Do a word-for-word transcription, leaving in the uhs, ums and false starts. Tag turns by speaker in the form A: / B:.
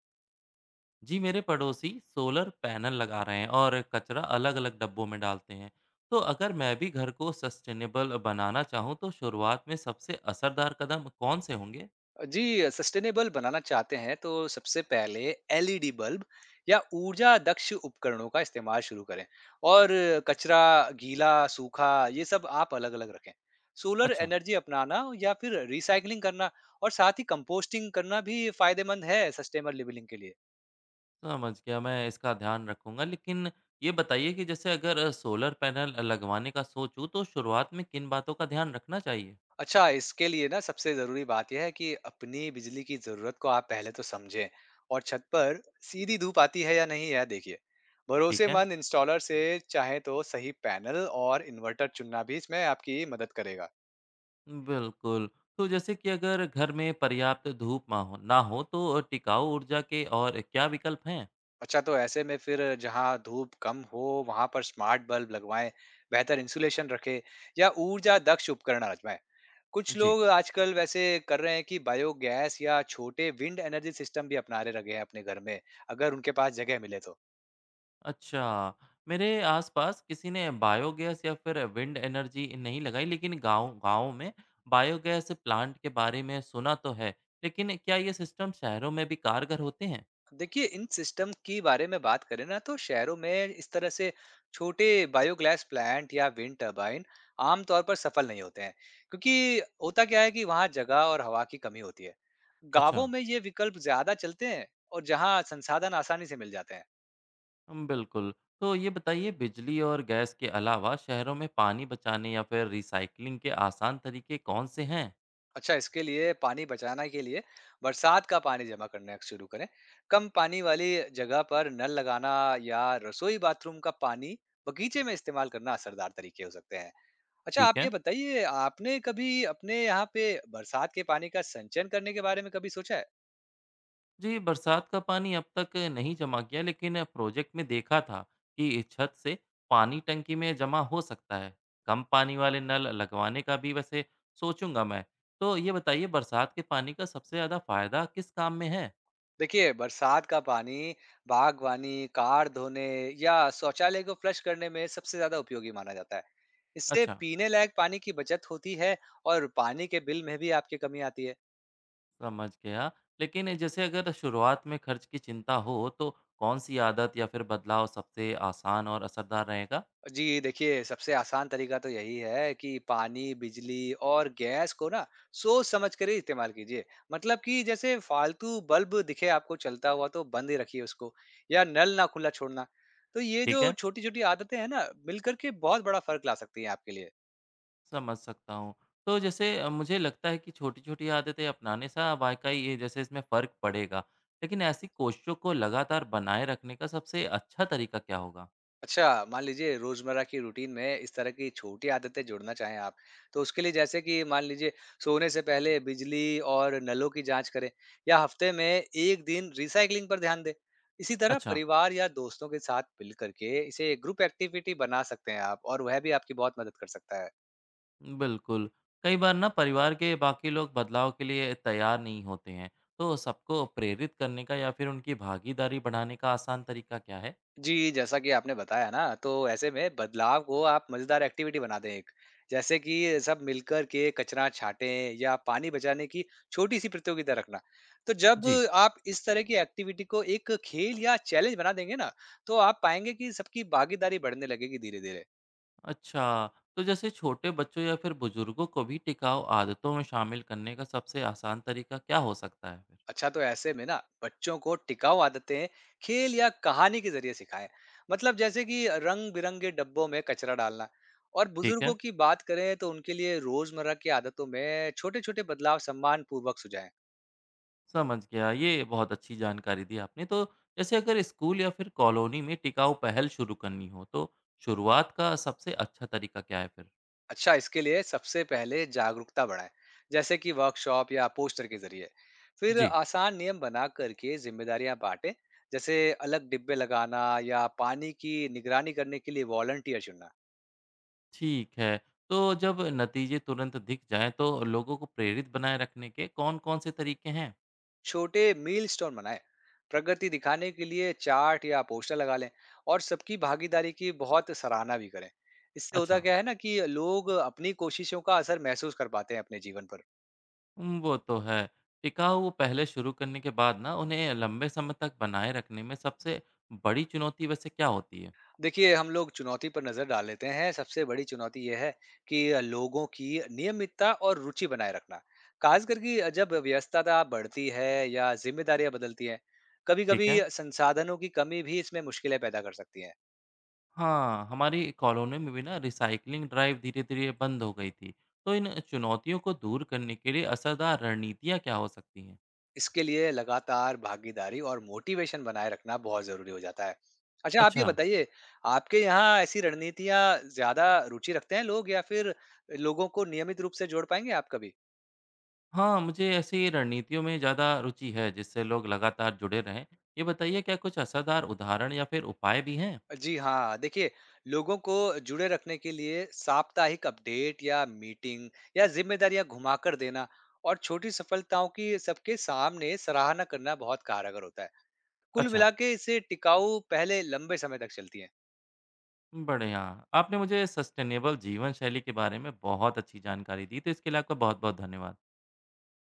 A: जी मेरे पड़ोसी solar panel लगा रहे हैं और कचरा अलग अलग डब्बों में डालते हैं। तो अगर मैं भी घर को सस्टेनेबल बनाना चाहूँ तो शुरुआत में सबसे असरदार कदम कौन से होंगे।
B: जी, सस्टेनेबल बनाना चाहते हैं तो सबसे पहले एलईडी बल्ब या ऊर्जा दक्ष उपकरणों का इस्तेमाल शुरू करें। और कचरा, गीला सूखा, ये सब आप अलग अलग रखें। सोलर
A: अच्छा,
B: एनर्जी अपनाना या फिर रिसाइकलिंग करना, और साथ ही कंपोस्टिंग करना भी फायदेमंद है सस्टेनेबल लिविंग के लिए।
A: समझ गया। मैं इसका ध्यान रखूंगा, लेकिन ये बताइए कि जैसे अगर सोलर पैनल लगवाने का सोचूं तो शुरुआत में किन बातों का ध्यान रखना चाहिए।
B: अच्छा, इसके लिए ना सबसे ज़रूरी बात ये है कि अपनी बिजली की ज़रूरत को आप पहले तो समझें। और छत पर सीधी धूप आती है या नहीं यह देखिए।
A: ठीक है।
B: भरोसेमंद इंस्टॉलर से चाहे तो सही पैनल और इन्वर्टर चुनना भी इसमें आपकी मदद करेगा।
A: बिल्कुल। तो जैसे कि अगर घर में पर्याप्त धूप ना हो ना हो तो टिकाऊ ऊर्जा के और क्या विकल्प हैं।
B: अच्छा, तो ऐसे में फिर जहाँ धूप कम हो वहाँ पर स्मार्ट बल्ब लगवाएं, बेहतर इंसुलेशन रखें या ऊर्जा दक्ष उपकरण आजमाएं। कुछ
A: जी।
B: लोग आजकल वैसे कर रहे हैं कि बायोगैस या छोटे विंड एनर्जी सिस्टम भी अपनाने लगे हैं अपने घर में, अगर उनके पास जगह मिले तो।
A: अच्छा, मेरे आसपास किसी ने बायोगैस या फिर विंड एनर्जी नहीं लगाई, लेकिन गांव गांव में बायोगैस प्लांट के बारे में सुना तो है, लेकिन क्या ये सिस्टम शहरों में भी कारगर होते हैं?
B: देखिए, इन सिस्टम की बारे में बात करें ना तो शहरों में इस तरह से छोटे बायोगैस प्लांट या विंड टरबाइन आमतौर पर सफल नहीं होते हैं, क्योंकि होता क्या है कि वहाँ जगह और हवा की कमी होती है।
A: अच्छा।
B: गांवों में ये विकल्प ज्यादा चलते हैं और जहाँ संसाधन आसानी से मिल जाते हैं।
A: हम्म, बिल्कुल। तो ये बताइए, बिजली और गैस के अलावा शहरों में पानी बचाने या फिर रिसाइकलिंग के आसान तरीके कौन से हैं?
B: अच्छा, इसके लिए पानी बचाना के लिए बरसात का पानी जमा करना शुरू करें। कम पानी वाली जगह पर नल लगाना या रसोई बाथरूम का पानी बगीचे में इस्तेमाल करना असरदार तरीके हो सकते हैं। अच्छा, आप
A: ठीक
B: ये
A: है।
B: बताइए, आपने कभी अपने यहाँ पे बरसात के पानी का संचयन करने के बारे में कभी सोचा है?
A: जी, बरसात का पानी अब तक नहीं जमा किया, लेकिन प्रोजेक्ट में देखा था कि छत से पानी टंकी में जमा हो सकता है। कम पानी वाले नल लगवाने का भी वैसे सोचूंगा मैं। तो ये बताइए, बरसात के पानी का सबसे ज़्यादा फायदा किस काम में है।
B: देखिए, बरसात का पानी बागवानी, कार धोने या शौचालय को फ्लश करने में सबसे ज़्यादा उपयोगी माना जाता है। इससे
A: अच्छा,
B: पीने लायक पानी की बचत होती है और पानी के बिल में भी आपकी कमी आती है।
A: समझ गया। लेकिन जैसे अगर शुरुआत में खर्च की चिंता हो तो कौन सी आदत या फिर बदलाव सबसे आसान और असरदार रहेगा।
B: जी, देखिए, सबसे आसान तरीका तो यही है कि पानी, बिजली और गैस को ना सोच-समझ कर ही इस्तेमाल कीजिए। मतलब कि जैसे फालतू बल्ब दिखे आपको चलता हुआ तो बंद ही रखिए उसको, या नल ना खुला छोड़ना। तो ये
A: ठीक
B: जो
A: है,
B: छोटी-छोटी आदतें हैं ना, मिलकर के बहुत बड़ा फ़र्क ला सकती हैं आपके लिए।
A: समझ सकता हूँ। तो जैसे अ, मुझे लगता है कि छोटी-छोटी आदतें अपनाने से वाक़ई ये जैसे इसमें फ़र्क पड़ेगा। लेकिन ऐसी कोशिशों को लगातार बनाए रखने का सबसे अच्छा तरीका क्या होगा?
B: अच्छा, मान लीजिए रोज़मर्रा की रूटीन में इस तरह की छोटी आदतें जोड़ना चाहें आप, तो उसके लिए जैसे कि मान लीजिए सोने से पहले बिजली और नलों की जाँच करें या हफ्ते में एक दिन रिसाइक्लिंग पर ध्यान दें। इसी तरह
A: अच्छा,
B: परिवार या दोस्तों के साथ मिल करके इसे ग्रुप एक्टिविटी बना सकते हैं आप, और वह भी आपकी बहुत मदद कर सकता है।
A: बिल्कुल। कई बार ना परिवार के बाकी लोग बदलाव के लिए तैयार नहीं होते हैं। तो सबको प्रेरित करने का या फिर उनकी भागीदारी बढ़ाने का आसान तरीका क्या है?
B: जी, जैसा कि आपने बताया ना, तो ऐसे में बदलाव को आप मज़ेदार एक्टिविटी बना दें एक। जैसे कि सब मिलकर के कचरा छाँटें या पानी बचाने की छोटी-सी प्रतियोगिता रखना। तो जब
A: जी।
B: आप इस तरह की एक्टिविटी को एक खेल या चैलेंज बना देंगे ना, तो आप पाएँगे कि सबकी भागीदारी बढ़ने लगेगी धीरे-धीरे।
A: अच्छा, तो जैसे छोटे बच्चों या फिर बुजुर्गों को भी टिकाऊ आदतों में शामिल करने का सबसे आसान तरीका क्या हो सकता है फिर?
B: अच्छा, तो ऐसे में ना बच्चों को टिकाऊ आदतें खेल या कहानी के जरिए सिखाएं। मतलब जैसे कि रंग बिरंगे डब्बों में कचरा डालना। और
A: ठीक है,
B: बुजुर्गों की बात करें तो उनके लिए रोजमर्रा की आदतों में छोटे छोटे बदलाव सम्मान पूर्वक सुझाएं।
A: समझ गया। ये बहुत अच्छी जानकारी दी आपने। तो जैसे अगर स्कूल या फिर कॉलोनी में टिकाऊ पहल शुरू करनी हो तो शुरुआत का सबसे अच्छा तरीका क्या है फिर।
B: अच्छा, इसके लिए सबसे पहले जागरूकता बढ़ाएं, जैसे कि वर्कशॉप या पोस्टर के जरिए। फिर
A: जी।
B: आसान नियम बना करके जिम्मेदारियां बांटें, जैसे अलग डिब्बे लगाना या पानी की निगरानी करने के लिए वॉलंटियर चुनना।
A: ठीक है। तो जब नतीजे तुरंत दिख जाएं तो लोगों को प्रेरित बनाए रखने के कौन-कौन से तरीके हैं।
B: छोटे मील स्टोन बनाएं, प्रगति दिखाने के लिए चार्ट या पोस्टर लगा लें, और सबकी भागीदारी की बहुत सराहना भी करें। इससे होता
A: अच्छा।
B: क्या है ना कि लोग अपनी कोशिशों का असर महसूस कर पाते हैं अपने जीवन पर।
A: हम्म, वो तो है। टिकाऊ वो पहले शुरू करने के बाद ना उन्हें लंबे समय तक बनाए रखने में सबसे बड़ी चुनौती वैसे क्या होती है।
B: देखिए, हम लोग चुनौती पर नजर डाल लेते हैं। सबसे बड़ी चुनौती यह है कि लोगों की नियमितता और रुचि बनाए रखना, खास करके जब व्यस्तता बढ़ती है या जिम्मेदारियां बदलती हैं। कभी
A: ठीक
B: कभी
A: है।
B: संसाधनों की कमी भी इसमें मुश्किलें पैदा कर सकती है।
A: हाँ, हमारी कॉलोनी में भी ना रिसाइकलिंग ड्राइव धीरे धीरे बंद हो गई थी। तो इन चुनौतियों को दूर करने के लिए असरदार रणनीतियाँ क्या हो सकती हैं।
B: इसके लिए लगातार भागीदारी और मोटिवेशन बनाए रखना बहुत ज़रूरी हो जाता है। अच्छा, आप ये
A: अच्छा।
B: बताइए, आपके यहाँ ऐसी रणनीतियाँ ज़्यादा रुचि रखते हैं लोग, या फिर लोगों को नियमित रूप से जोड़ पाएँगे आप कभी?
A: हाँ, मुझे ऐसी रणनीतियों में ज़्यादा रुचि है जिससे लोग लगातार जुड़े रहें। ये बताइए, क्या कुछ असरदार उदाहरण या फिर उपाय भी हैं।
B: जी हाँ, देखिए, लोगों को जुड़े रखने के लिए साप्ताहिक अपडेट या मीटिंग या ज़िम्मेदारियाँ घुमाकर देना और छोटी सफलताओं की सबके सामने सराहना करना बहुत कारगर होता है। कुल
A: अच्छा,
B: मिला के इससे टिकाऊ पहले लंबे समय तक चलती हैं।
A: बढ़िया। आपने मुझे सस्टेनेबल जीवन शैली के बारे में बहुत अच्छी जानकारी दी, तो इसके लिए आपका बहुत बहुत धन्यवाद।